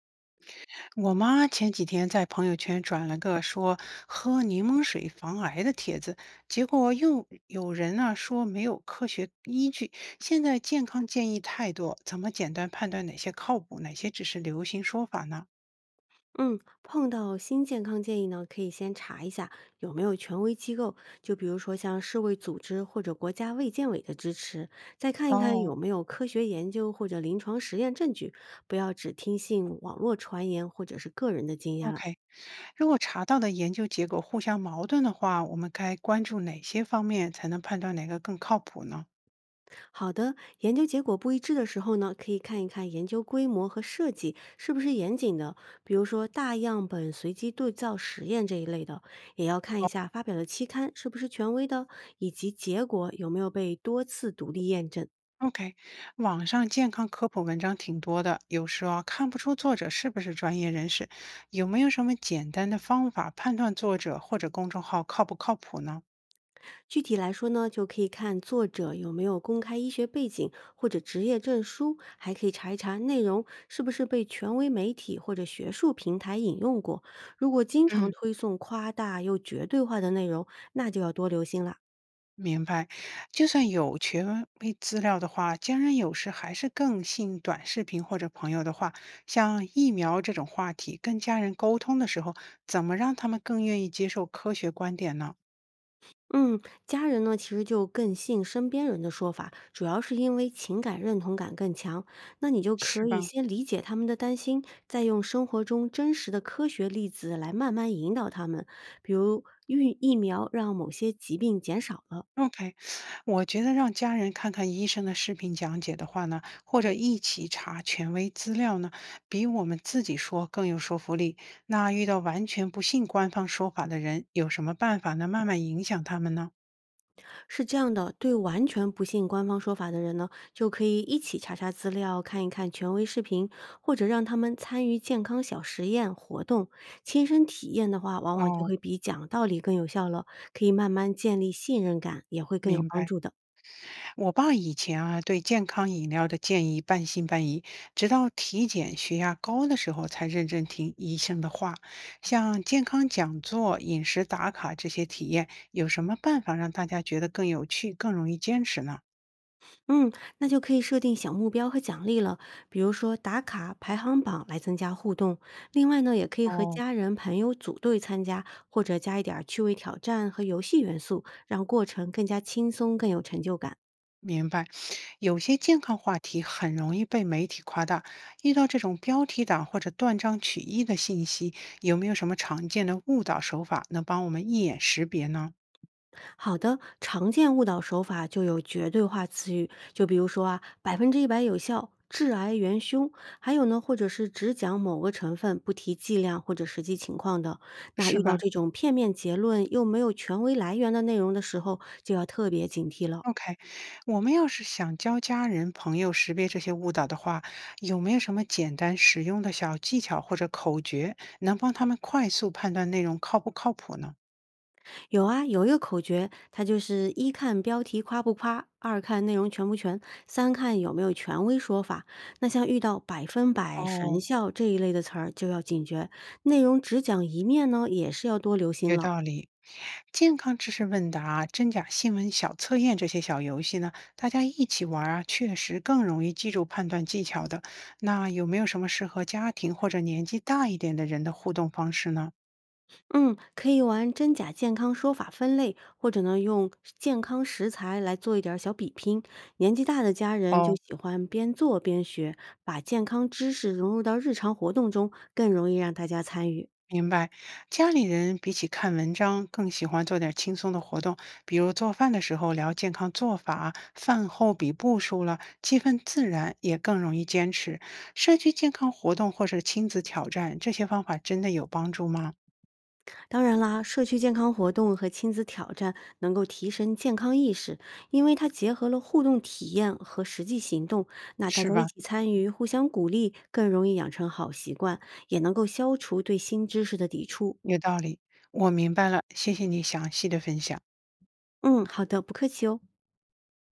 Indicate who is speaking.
Speaker 1: 我妈前几天在朋友圈转了个说喝柠檬水防癌的帖子，结果又有人呢、说没有科学依据。现在健康建议太多，怎么简单判断哪些靠谱，哪些只是流行说法呢？
Speaker 2: 嗯，碰到新健康建议呢，可以先查一下有没有权威机构，就比如说像世卫组织或者国家卫健委的支持，再看一看
Speaker 1: 哦
Speaker 2: 有没有科学研究或者临床实验证据，不要只听信网络传言或者是个人的经验了。
Speaker 1: ，OK，如果查到的研究结果互相矛盾的话，我们该关注哪些方面才能判断哪个更靠谱呢？
Speaker 2: 好的，研究结果不一致的时候呢，可以看一看研究规模和设计是不是严谨的，比如说大样本随机对照实验这一类的，也要看一下发表的期刊是不是权威的，以及结果有没有被多次独立验证。
Speaker 1: OK，网上健康科普文章挺多的，有时候啊看不出作者是不是专业人士，有没有什么简单的方法判断作者或者公众号靠不靠谱呢？
Speaker 2: 具体来说呢，就可以看作者有没有公开医学背景或者职业证书，还可以查一查内容是不是被权威媒体或者学术平台引用过。如果经常
Speaker 1: 嗯，
Speaker 2: 推送夸大又绝对化的内容，那就要多留心啦。
Speaker 1: 明白，就算有权威资料的话，家人有时还是更信短视频或者朋友的话。像疫苗这种话题，跟家人沟通的时候，怎么让他们更愿意接受科学观点呢？
Speaker 2: 嗯，家人呢其实就更信身边人的说法，主要是因为情感认同感更强。那你就可
Speaker 1: 是
Speaker 2: 以
Speaker 1: 吧？
Speaker 2: 先理解他们的担心，再用生活中真实的科学例子来慢慢引导他们，比如运疫苗让某些疾病减少，
Speaker 1: OK，我觉得让家人看看医生的视频讲解的话呢，或者一起查权威资料呢，比我们自己说更有说服力。那遇到完全不信官方说法的人，有什么办法能慢慢影响他们呢？
Speaker 2: 是这样的，对完全不信官方说法的人呢，就可以一起查查资料，看一看权威视频，或者让他们参与健康小实验活动，亲身体验的话，往往就
Speaker 1: 哦，
Speaker 2: 会比讲道理更有效了，可以慢慢建立信任感，也会更有
Speaker 1: 明
Speaker 2: 帮
Speaker 1: 白。
Speaker 2: 助的。
Speaker 1: 我爸以前啊，对健康饮料的建议半信半疑，直到体检血压高的时候才认真听医生的话。像健康讲座、饮食打卡这些体验，有什么办法让大家觉得更有趣、更容易坚持呢？
Speaker 2: 嗯，那就可以设定小目标和奖励了，比如说打卡、排行榜来增加互动。另外呢，也可以和
Speaker 1: 哦，
Speaker 2: 家人、朋友组队参加，或者加一点儿趣味挑战和游戏元素，让过程更加轻松、更有成就感。
Speaker 1: 明白。有些健康话题很容易被媒体夸大，遇到这种标题党或者断章取义的信息，有没有什么常见的误导手法能帮我们一眼识别呢？
Speaker 2: 好的，常见误导手法就有绝对化词语，就比如说啊，100%有效，致癌元凶，还有呢，或者是只讲某个成分，不提剂量或者实际情况的。那
Speaker 1: 是
Speaker 2: 遇到
Speaker 1: 吧？
Speaker 2: 这种片面结论又没有权威来源的内容的时候，就要特别警惕了。
Speaker 1: OK，我们要是想教家人朋友识别这些误导的话，有没有什么简单实用的小技巧或者口诀，能帮他们快速判断内容靠不靠谱呢？
Speaker 2: 有啊，有一个口诀，它就是一看标题夸不夸，二看内容全不全，三看有没有权威说法。那像遇到百分百神
Speaker 1: 哦，
Speaker 2: 效这一类的词儿，就要警觉；内容只讲一面呢，也是要多留心
Speaker 1: 有
Speaker 2: 了。
Speaker 1: 道理。健康知识问答、真假新闻小测验这些小游戏呢，大家一起玩儿啊，确实更容易记住判断技巧的。那有没有什么适合家庭或者年纪大一点的人的互动方式呢？
Speaker 2: 嗯，可以玩真假健康说法分类，或者呢用健康食材来做一点儿小比拼。年纪大的家人就
Speaker 1: 哦，
Speaker 2: 喜欢边做边学，把健康知识融入到日常活动中，更容易让大家参与。
Speaker 1: 明白，家里人比起看文章更喜欢做点轻松的活动，比如做饭的时候聊健康做法，饭后比步数了，气氛自然，也更容易坚持。社区健康活动或是亲子挑战，这些方法真的有帮助吗？
Speaker 2: 当然啦，社区健康活动和亲子挑战能够提升健康意识，因为它结合了互动体验和实际行动。那大
Speaker 1: 是
Speaker 2: 家一
Speaker 1: 吧？
Speaker 2: 起参与，互相鼓励，更容易养成好习惯，也能够消除对新知识的抵触。
Speaker 1: 有道理，我明白了，谢谢你详细的分享。
Speaker 2: 嗯，好的，不客气哦。